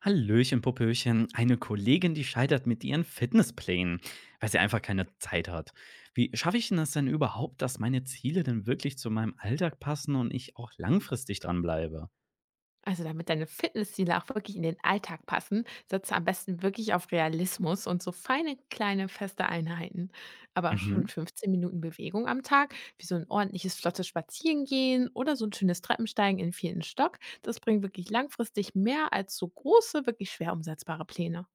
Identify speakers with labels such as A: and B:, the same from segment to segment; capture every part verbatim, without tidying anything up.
A: Hallöchen, Popöchen. Eine Kollegin, die scheitert mit ihren Fitnessplänen, weil sie einfach keine Zeit hat. Wie schaffe ich denn das denn überhaupt, dass meine Ziele denn wirklich zu meinem Alltag passen und ich auch langfristig dranbleibe?
B: Also damit deine Fitnessziele auch wirklich in den Alltag passen, setze am besten wirklich auf Realismus und so feine kleine feste Einheiten. Aber schon
A: Mhm.
B: fünfzehn Minuten Bewegung am Tag, wie so ein ordentliches flottes Spazierengehen oder so ein schönes Treppensteigen in vierten Stock, das bringt wirklich langfristig mehr als so große, wirklich schwer umsetzbare Pläne.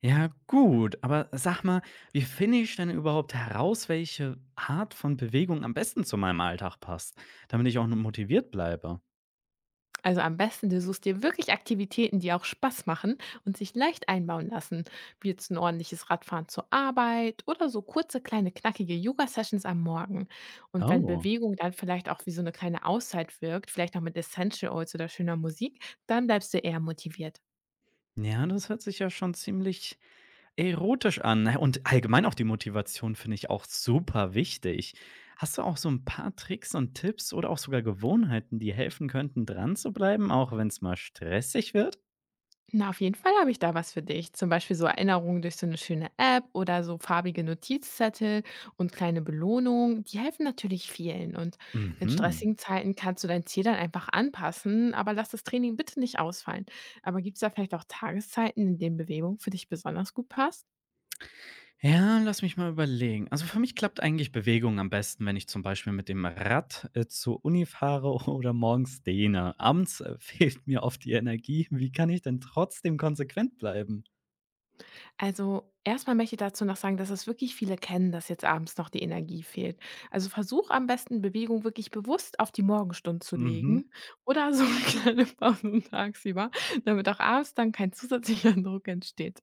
A: Ja, gut, aber sag mal, wie finde ich denn überhaupt heraus, welche Art von Bewegung am besten zu meinem Alltag passt, damit ich auch nur motiviert bleibe?
B: Also am besten, du suchst dir wirklich Aktivitäten, die auch Spaß machen und sich leicht einbauen lassen, wie jetzt ein ordentliches Radfahren zur Arbeit oder so kurze, kleine, knackige Yoga-Sessions am Morgen. Und wenn
A: Oh.
B: Bewegung dann vielleicht auch wie so eine kleine Auszeit wirkt, vielleicht noch mit Essential Oils oder schöner Musik, dann bleibst du eher motiviert.
A: Ja, das hört sich ja schon ziemlich erotisch an, und allgemein auch die Motivation finde ich auch super wichtig. Hast du auch so ein paar Tricks und Tipps oder auch sogar Gewohnheiten, die helfen könnten, dran zu bleiben, auch wenn es mal stressig wird?
B: Na, auf jeden Fall habe ich da was für dich. Zum Beispiel so Erinnerungen durch so eine schöne App oder so farbige Notizzettel und kleine Belohnungen, die helfen natürlich vielen. Und in
A: Mhm.
B: stressigen Zeiten kannst du dein Ziel dann einfach anpassen, aber lass das Training bitte nicht ausfallen. Aber gibt es da vielleicht auch Tageszeiten, in denen Bewegung für dich besonders gut passt?
A: Ja, lass mich mal überlegen. Also, für mich klappt eigentlich Bewegung am besten, wenn ich zum Beispiel mit dem Rad, äh, zur Uni fahre oder morgens dehne. Abends, äh, fehlt mir oft die Energie. Wie kann ich denn trotzdem konsequent bleiben?
B: Also, erstmal möchte ich dazu noch sagen, dass es wirklich viele kennen, dass jetzt abends noch die Energie fehlt. Also, versuch am besten, Bewegung wirklich bewusst auf die Morgenstunde zu
A: Mhm.
B: legen oder so 'ne kleine Pause tagsüber, damit auch abends dann kein zusätzlicher Druck entsteht.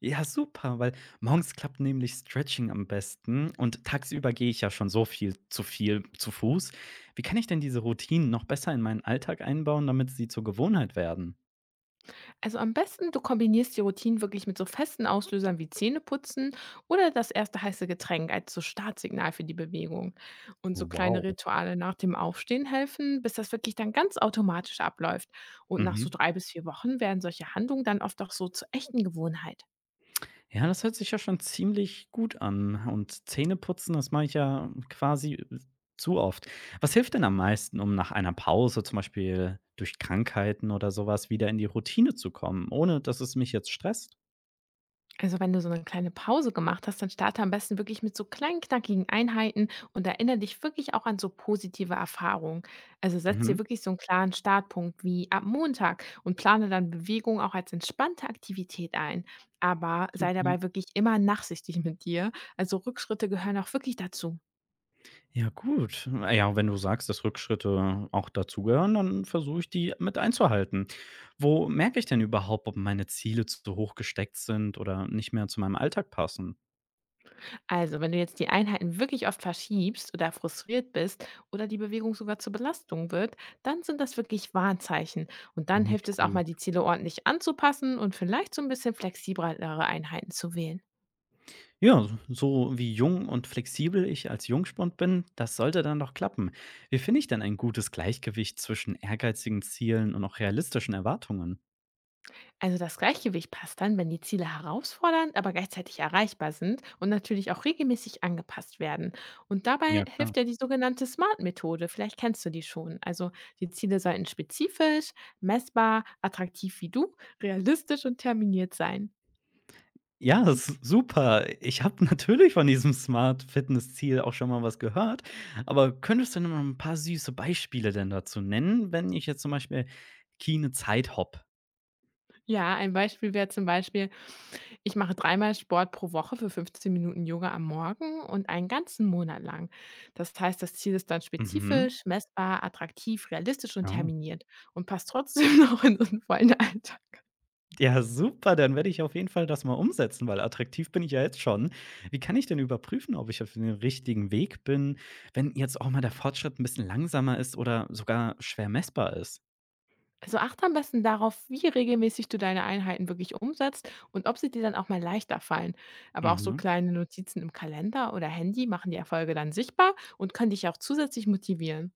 A: Ja, super, weil morgens klappt nämlich Stretching am besten und tagsüber gehe ich ja schon so viel zu viel zu Fuß. Wie kann ich denn diese Routinen noch besser in meinen Alltag einbauen, damit sie zur Gewohnheit werden?
B: Also am besten, du kombinierst die Routinen wirklich mit so festen Auslösern wie Zähneputzen oder das erste heiße Getränk als so Startsignal für die Bewegung. Und so kleine
A: Wow.
B: Rituale nach dem Aufstehen helfen, bis das wirklich dann ganz automatisch abläuft. Und nach so
A: Mhm.
B: drei bis vier Wochen werden solche Handlungen dann oft auch so zur echten Gewohnheit.
A: Ja, das hört sich ja schon ziemlich gut an. Und Zähneputzen, das mache ich ja quasi äh, zu oft. Was hilft denn am meisten, um nach einer Pause, zum Beispiel durch Krankheiten oder sowas, wieder in die Routine zu kommen, ohne dass es mich jetzt stresst?
B: Also wenn du so eine kleine Pause gemacht hast, dann starte am besten wirklich mit so kleinen, knackigen Einheiten und erinnere dich wirklich auch an so positive Erfahrungen. Also setz dir
A: Mhm.
B: wirklich so einen klaren Startpunkt wie ab Montag und plane dann Bewegung auch als entspannte Aktivität ein. Aber sei
A: Supi.
B: dabei wirklich immer nachsichtig mit dir. Also Rückschritte gehören auch wirklich dazu.
A: Ja, gut. Na ja, wenn du sagst, dass Rückschritte auch dazugehören, dann versuche ich, die mit einzuhalten. Wo merke ich denn überhaupt, ob meine Ziele zu hoch gesteckt sind oder nicht mehr zu meinem Alltag passen?
B: Also, wenn du jetzt die Einheiten wirklich oft verschiebst oder frustriert bist oder die Bewegung sogar zur Belastung wird, dann sind das wirklich Warnzeichen. Und dann hilft
A: Nicht
B: es auch
A: gut.
B: mal, die Ziele ordentlich anzupassen und vielleicht so ein bisschen flexiblere Einheiten zu wählen.
A: Ja, so so wie jung und flexibel ich als Jungspund bin, das sollte dann doch klappen. Wie finde ich denn ein gutes Gleichgewicht zwischen ehrgeizigen Zielen und auch realistischen Erwartungen?
B: Also das Gleichgewicht passt dann, wenn die Ziele herausfordernd, aber gleichzeitig erreichbar sind und natürlich auch regelmäßig angepasst werden. Und
A: Ja,
B: dabei
A: klar.
B: hilft ja die sogenannte SMART-Methode. Vielleicht kennst du die schon. Also die Ziele sollten spezifisch, messbar, attraktiv wie du, realistisch und terminiert sein.
A: Ja, s super. Ich habe natürlich von diesem Smart Fitness Ziel auch schon mal was gehört, aber könntest du denn mal 'n paar süße Beispiele denn dazu nennen, wenn ich jetzt zum Beispiel keine Zeit habe?
B: Ja, ein Beispiel wäre zum Beispiel, ich mache dreimal Sport pro Woche für fünfzehn Minuten Yoga am Morgen und einen ganzen Monat lang. Das heißt, das Ziel ist dann
A: Mhm.
B: spezifisch, messbar, attraktiv, realistisch und
A: Oh.
B: terminiert und passt trotzdem noch in unseren vollen Alltag.
A: Ja, super, dann werde ich auf jeden Fall das mal umsetzen, weil attraktiv bin ich ja jetzt schon. Wie kann ich denn überprüfen, ob ich auf dem richtigen Weg bin, wenn jetzt auch mal der Fortschritt ein bisschen langsamer ist oder sogar schwer messbar ist?
B: Also achte am besten darauf, wie regelmäßig du deine Einheiten wirklich umsetzt und ob sie dir dann auch mal leichter fallen. Aber auch so
A: Mhm.
B: kleine Notizen im Kalender oder Handy machen die Erfolge dann sichtbar und können dich auch zusätzlich motivieren.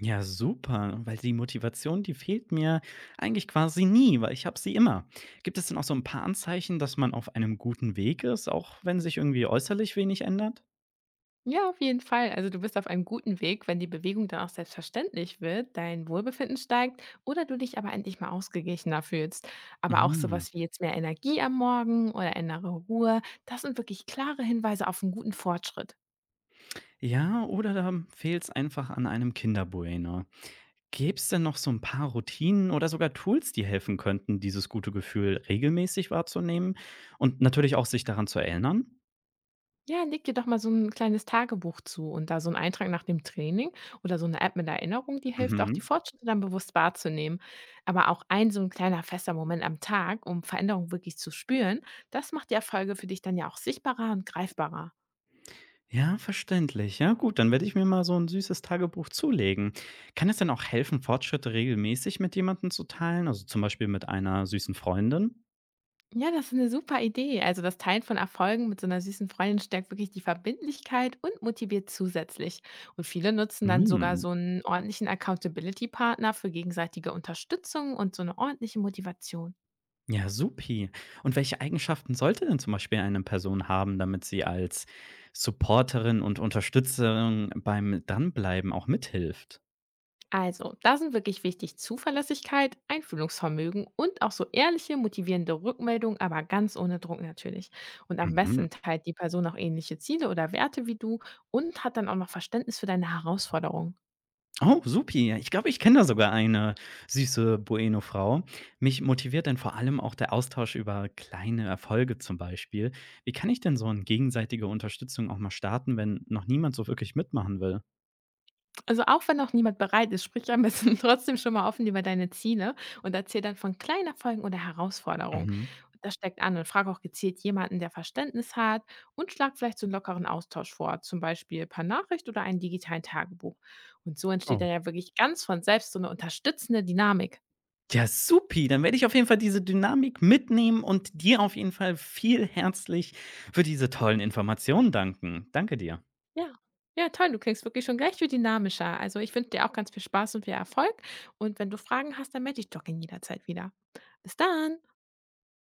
A: Ja, super, weil die Motivation, die fehlt mir eigentlich quasi nie, weil ich habe sie immer. Gibt es denn auch so ein paar Anzeichen, dass man auf einem guten Weg ist, auch wenn sich irgendwie äußerlich wenig ändert?
B: Ja, auf jeden Fall. Also du bist auf einem guten Weg, wenn die Bewegung dann auch selbstverständlich wird, dein Wohlbefinden steigt oder du dich aber endlich mal ausgeglichener fühlst. Aber auch
A: Mhm.
B: sowas wie jetzt mehr Energie am Morgen oder innere Ruhe, das sind wirklich klare Hinweise auf einen guten Fortschritt.
A: Ja, oder da fehlt es einfach an einem Kinderbueno. Gäbe es denn noch so ein paar Routinen oder sogar Tools, die helfen könnten, dieses gute Gefühl regelmäßig wahrzunehmen und natürlich auch sich daran zu erinnern?
B: Ja, leg dir doch mal so ein kleines Tagebuch zu und da so ein Eintrag nach dem Training oder so eine App mit Erinnerung, die hilft auch, die
A: Mhm.
B: Fortschritte dann bewusst wahrzunehmen. Aber auch ein so ein kleiner fester Moment am Tag, um Veränderung wirklich zu spüren, das macht die Erfolge für dich dann ja auch sichtbarer und greifbarer.
A: Ja, verständlich. Ja, gut, dann werde ich mir mal so ein süßes Tagebuch zulegen. Kann es denn auch helfen, Fortschritte regelmäßig mit jemandem zu teilen, also zum Beispiel mit einer süßen Freundin?
B: Ja, das ist eine super Idee. Also, das Teilen von Erfolgen mit so einer süßen Freundin stärkt wirklich die Verbindlichkeit und motiviert zusätzlich. Und viele nutzen dann sogar
A: Hm,
B: so einen ordentlichen Accountability-Partner für gegenseitige Unterstützung und so eine ordentliche Motivation.
A: ja, supi. Und welche Eigenschaften sollte denn zum Beispiel eine Person haben, damit sie als Supporterin und Unterstützerin beim Dranbleiben auch mithilft?
B: Also, da sind wirklich wichtig Zuverlässigkeit, Einfühlungsvermögen und auch so ehrliche, motivierende Rückmeldungen, aber ganz ohne Druck natürlich. Und am
A: Mhm.
B: besten teilt die Person auch ähnliche Ziele oder Werte wie du und hat dann auch noch Verständnis für deine Herausforderungen.
A: Oh, supi. Ja, ich glaube, ich kenne da sogar eine süße Bueno-Frau. Mich motiviert dann vor allem auch der Austausch über kleine Erfolge zum Beispiel. Wie kann ich denn so eine gegenseitige Unterstützung auch mal starten, wenn noch niemand so wirklich mitmachen will?
B: Also, auch wenn noch niemand bereit ist, sprich am besten trotzdem schon mal offen über deine Ziele und erzähl dann von kleinen Erfolgen oder Herausforderungen.
A: Mhm.
B: Und das steckt an und frag auch gezielt jemanden, der Verständnis hat und schlag vielleicht so einen lockeren Austausch vor, zum Beispiel per Nachricht oder einen digitalen Tagebuch. Und so entsteht
A: Oh.
B: dann ja wirklich ganz von selbst so eine unterstützende Dynamik.
A: Ja, supi. Dann werde ich auf jeden Fall diese Dynamik mitnehmen und dir auf jeden Fall viel herzlich für diese tollen Informationen danken. Danke dir.
B: Ja. Ja, toll, du klingst wirklich schon gleich viel dynamischer. Also, ich wünsche dir auch ganz viel Spaß und viel Erfolg. Und wenn du Fragen hast, dann melde dich doch jederzeit wieder. Bis dann!